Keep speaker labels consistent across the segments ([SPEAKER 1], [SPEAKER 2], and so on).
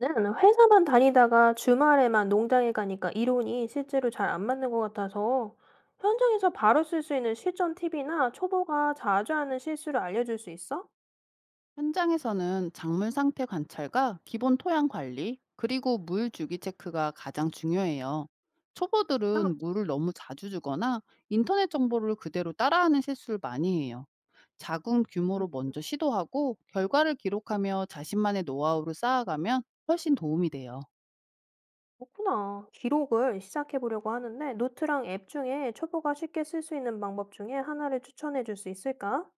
[SPEAKER 1] 저는 회사만 다니다가 주말에만 농장에 가니까 이론이 실제로 잘 안 맞는 것 같아서 현장에서 바로 쓸 수 있는 실전 팁이나 초보가 자주 하는 실수를 알려줄 수 있어?
[SPEAKER 2] 현장에서는 작물 상태 관찰과 기본 토양 관리, 그리고 물 주기 체크가 가장 중요해요.
[SPEAKER 1] 그냥,
[SPEAKER 2] 초보들은 물을 너무 자주 주거나 인터넷 정보를 그대로 따라하는 실수를 많이 해요. 작은
[SPEAKER 1] 음,
[SPEAKER 2] 규모로 먼저 시도하고 결과를 기록하며 자신만의 노하우를 쌓아가면 훨씬 도움이 돼요.
[SPEAKER 1] 그렇구나. 기록을 시작해 보려고 하는데 노트랑 앱 중에 초보가 쉽게 쓸 수 있는 방법 중에 하나를 추천해 줄 수 있을까?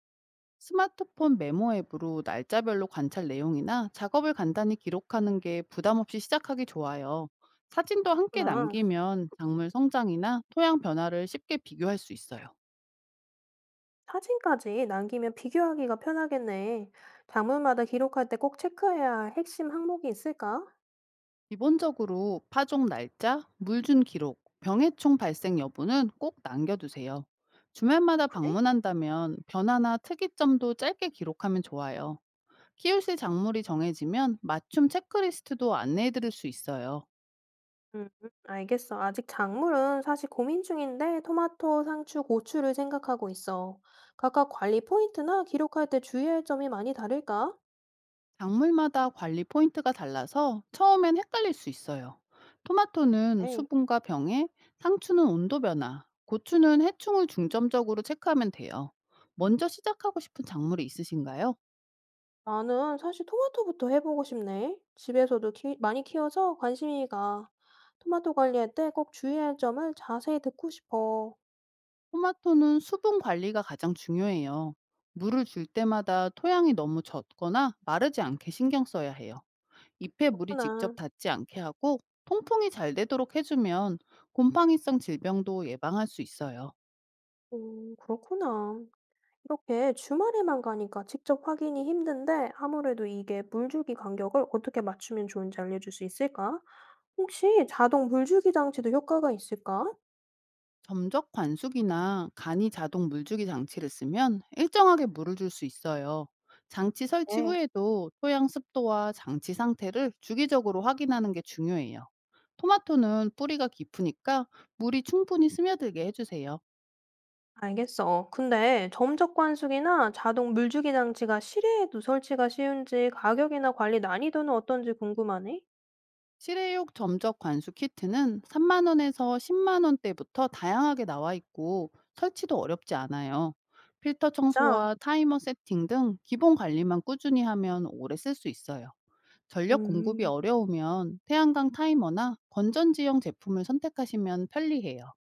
[SPEAKER 2] 스마트폰 메모 앱으로 날짜별로 관찰 내용이나 작업을 간단히 기록하는 게 부담 없이 시작하기 좋아요. 사진도 함께
[SPEAKER 1] 그렇구나.
[SPEAKER 2] 남기면 작물 성장이나 토양 변화를 쉽게 비교할 수 있어요.
[SPEAKER 1] 사진까지 남기면 비교하기가 편하겠네. 작물마다 기록할 때 꼭 체크해야 할 핵심 항목이 있을까?
[SPEAKER 2] 기본적으로 파종 날짜, 물 준 기록, 병해충 발생 여부는 꼭 남겨두세요.
[SPEAKER 1] 아,
[SPEAKER 2] 주말마다
[SPEAKER 1] 그래?
[SPEAKER 2] 방문한다면 변화나 특이점도 짧게 기록하면 좋아요. 키우실 작물이 정해지면 맞춤 체크리스트도 안내해드릴 수 있어요.
[SPEAKER 1] 음, 알겠어. 아직 작물은 사실 고민 중인데 토마토, 상추, 고추를 생각하고 있어. 각각 관리 포인트나 기록할 때 주의할 점이 많이 다를까?
[SPEAKER 2] 작물마다 관리 포인트가 달라서 처음엔 헷갈릴 수 있어요. 토마토는
[SPEAKER 1] 네.
[SPEAKER 2] 수분과 병해, 상추는 온도 변화, 고추는 해충을 중점적으로 체크하면 돼요. 먼저 시작하고 싶은 작물이 있으신가요?
[SPEAKER 1] 나는 사실 토마토부터 해보고 싶네. 집에서도 많이 키워서 관심이 가. 토마토 관리할 때 꼭 주의할 점을 자세히 듣고 싶어.
[SPEAKER 2] 토마토는 수분 관리가 가장 중요해요. 물을 줄 때마다 토양이 너무 젖거나 마르지 않게 신경 써야 해요. 잎에 물이 직접
[SPEAKER 1] 그렇구나.
[SPEAKER 2] 닿지 않게 하고 통풍이 잘 되도록 해주면 곰팡이성 질병도 예방할 수 있어요.
[SPEAKER 1] 그렇구나. 이렇게 주말에만 가니까 직접 확인이 힘든데 아무래도 이게 물주기 간격을 어떻게 맞추면 좋은지 알려줄 수 있을까? 혹시 자동 물주기 장치도 효과가 있을까?
[SPEAKER 2] 점적 관수기나 간이 자동 물주기 장치를 쓰면 일정하게 물을 줄 수 있어요. 장치 설치
[SPEAKER 1] 네.
[SPEAKER 2] 후에도 토양 습도와 장치 상태를 주기적으로 확인하는 게 중요해요. 토마토는 뿌리가 깊으니까 물이 충분히 스며들게 해주세요.
[SPEAKER 1] 알겠어. 근데 점적 관수기나 자동 물주기 장치가 실외에도 설치가 쉬운지 가격이나 관리 난이도는 어떤지 궁금하네.
[SPEAKER 2] 실외용 점적 관수 키트는 3만 원에서 10만 원대부터 다양하게 나와 있고 설치도 어렵지 않아요. 필터
[SPEAKER 1] 진짜?
[SPEAKER 2] 청소와 타이머 세팅 등 기본 관리만 꾸준히 하면 오래 쓸 수 있어요. 전력 공급이
[SPEAKER 1] 음,
[SPEAKER 2] 어려우면 태양광 타이머나 건전지형 제품을 선택하시면 편리해요.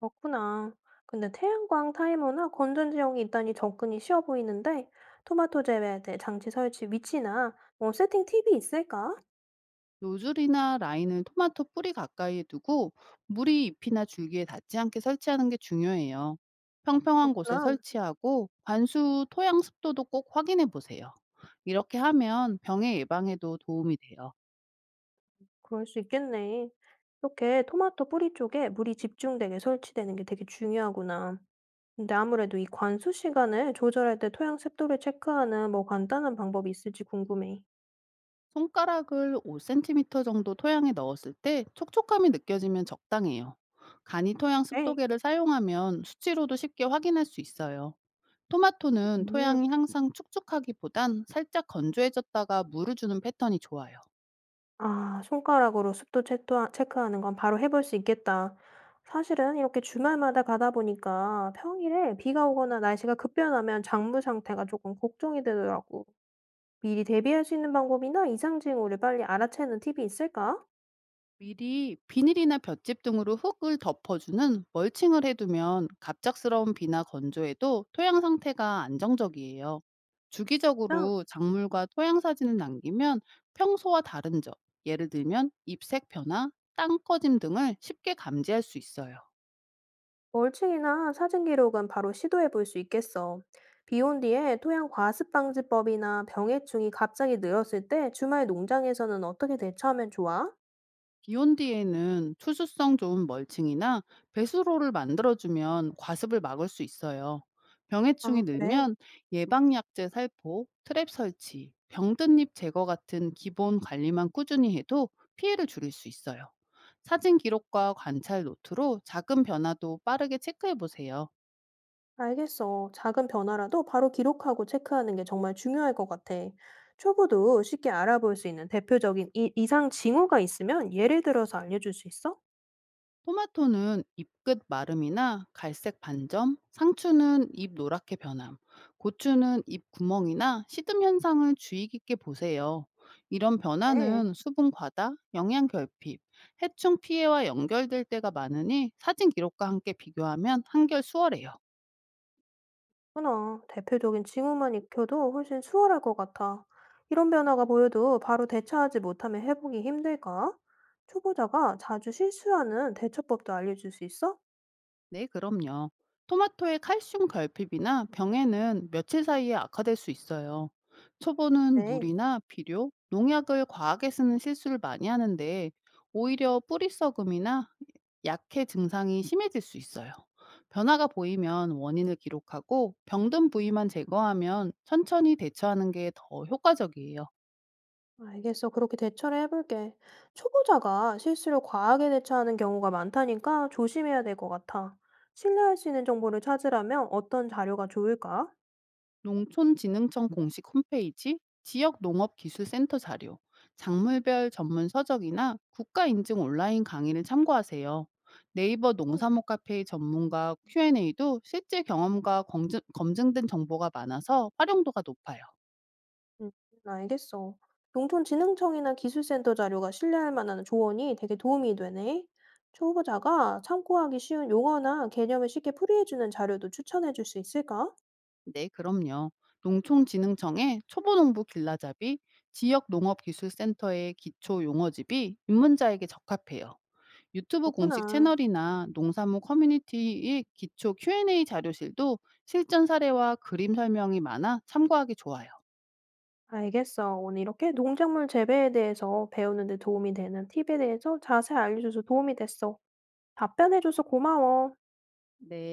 [SPEAKER 1] 그렇구나. 근데 태양광 타이머나 건전지형이 있다니 접근이 쉬워 보이는데 토마토 재배대 장치 설치 위치나 뭐 세팅 팁이 있을까?
[SPEAKER 2] 노즐이나 라인을 토마토 뿌리 가까이에 두고 물이 잎이나 줄기에 닿지 않게 설치하는 게 중요해요. 평평한 곳에
[SPEAKER 1] 그렇구나.
[SPEAKER 2] 설치하고 관수 토양 습도도 꼭 확인해 보세요. 이렇게 하면 병의 예방에도 도움이 돼요.
[SPEAKER 1] 그럴 수 있겠네. 이렇게 토마토 뿌리 쪽에 물이 집중되게 설치되는 게 되게 중요하구나. 근데 아무래도 이 관수 시간을 조절할 때 토양 습도를 체크하는 뭐 간단한 방법이 있을지 궁금해.
[SPEAKER 2] 손가락을 5cm 정도 토양에 넣었을 때 촉촉함이 느껴지면 적당해요. 간이 토양
[SPEAKER 1] 네.
[SPEAKER 2] 습도계를 사용하면 수치로도 쉽게 확인할 수 있어요. 토마토는
[SPEAKER 1] 음.
[SPEAKER 2] 토양이 항상 축축하기보단 살짝 건조해졌다가 물을 주는 패턴이 좋아요.
[SPEAKER 1] 아, 손가락으로 습도 체크하는 건 바로 해볼 수 있겠다. 사실은 이렇게 주말마다 가다 보니까 평일에 비가 오거나 날씨가 급변하면 작물 상태가 조금 걱정이 되더라고. 미리 대비할 수 있는 방법이나 이상 징후를 빨리 알아채는 팁이 있을까?
[SPEAKER 2] 미리 비닐이나 볏짚 등으로 흙을 덮어주는 멀칭을 해두면 갑작스러운 비나 건조에도 토양 상태가 안정적이에요. 주기적으로 작물과 토양 사진을 남기면 평소와 다른 점, 예를 들면 잎색 변화, 땅 꺼짐 등을 쉽게 감지할 수 있어요.
[SPEAKER 1] 멀칭이나 사진 기록은 바로 시도해 볼 수 있겠어. 비온 뒤에 토양 과습 방지법이나 병해충이 갑자기 늘었을 때 주말 농장에서는 어떻게 대처하면 좋아?
[SPEAKER 2] 기온 뒤에는 투수성 좋은 멀칭이나 배수로를 만들어주면 과습을 막을 수 있어요. 병해충이
[SPEAKER 1] 아, 그래.
[SPEAKER 2] 늘면 예방약제 살포, 트랩 설치, 병든잎 제거 같은 기본 관리만 꾸준히 해도 피해를 줄일 수 있어요. 사진 기록과 관찰 노트로 작은 변화도 빠르게 체크해 보세요.
[SPEAKER 1] 알겠어. 작은 변화라도 바로 기록하고 체크하는 게 정말 중요할 것 같아. 초보도 쉽게 알아볼 수 있는 대표적인 이상 징후가 있으면 예를 들어서 알려줄 수 있어?
[SPEAKER 2] 토마토는 잎끝 마름이나 갈색 반점, 상추는 잎 노랗게 변함, 고추는 잎 구멍이나 시듬 현상을 주의 깊게 보세요. 이런
[SPEAKER 1] 네.
[SPEAKER 2] 변화는 수분 과다, 영양 결핍, 해충 피해와 연결될 때가 많으니 사진 기록과 함께 비교하면 한결 수월해요.
[SPEAKER 1] 그러나 대표적인 징후만 익혀도 훨씬 수월할 것 같아. 이런 변화가 보여도 바로 대처하지 못하면 회복이 힘들까? 초보자가 자주 실수하는 대처법도 알려줄 수 있어?
[SPEAKER 2] 네, 그럼요. 토마토의 칼슘 결핍이나 병에는 며칠 사이에 악화될 수 있어요. 초보는
[SPEAKER 1] 네,
[SPEAKER 2] 물이나 비료, 농약을 과하게 쓰는 실수를 많이 하는데 오히려 뿌리 썩음이나 약해 증상이 심해질 수 있어요. 변화가 보이면 원인을 기록하고 병든 부위만 제거하면 천천히 대처하는 게 더 효과적이에요.
[SPEAKER 1] 알겠어. 그렇게 대처를 해볼게. 초보자가 실수를 과하게 대처하는 경우가 많다니까 조심해야 될 것 같아. 신뢰할 수 있는 정보를 찾으라면 어떤 자료가 좋을까?
[SPEAKER 2] 농촌진흥청 공식 홈페이지, 지역 농업기술센터 자료, 작물별 전문 서적이나 국가 인증 온라인 강의를 참고하세요. 네이버 농사목 카페의 전문가 Q&A도 실제 경험과 검증된 정보가 많아서 활용도가 높아요.
[SPEAKER 1] 음 알겠어. 농촌진흥청이나 기술센터 자료가 신뢰할 만한 조언이 되게 도움이 되네. 초보자가 참고하기 쉬운 용어나 개념을 쉽게 풀이해주는 자료도 추천해 줄 수 있을까?
[SPEAKER 2] 네, 그럼요. 농촌진흥청의 초보농부 길라잡이, 지역농업기술센터의 기초 용어집이 입문자에게 적합해요. 유튜브 공식
[SPEAKER 1] 그렇구나.
[SPEAKER 2] 채널이나 농산물 커뮤니티의 기초 Q&A 자료실도 실전 사례와 그림 설명이 많아 참고하기 좋아요.
[SPEAKER 1] 알겠어. 오늘 이렇게 농작물 재배에 대해서 배우는 데 도움이 되는 팁에 대해서 자세히 알려줘서 도움이 됐어. 답변해줘서 고마워.
[SPEAKER 2] 네.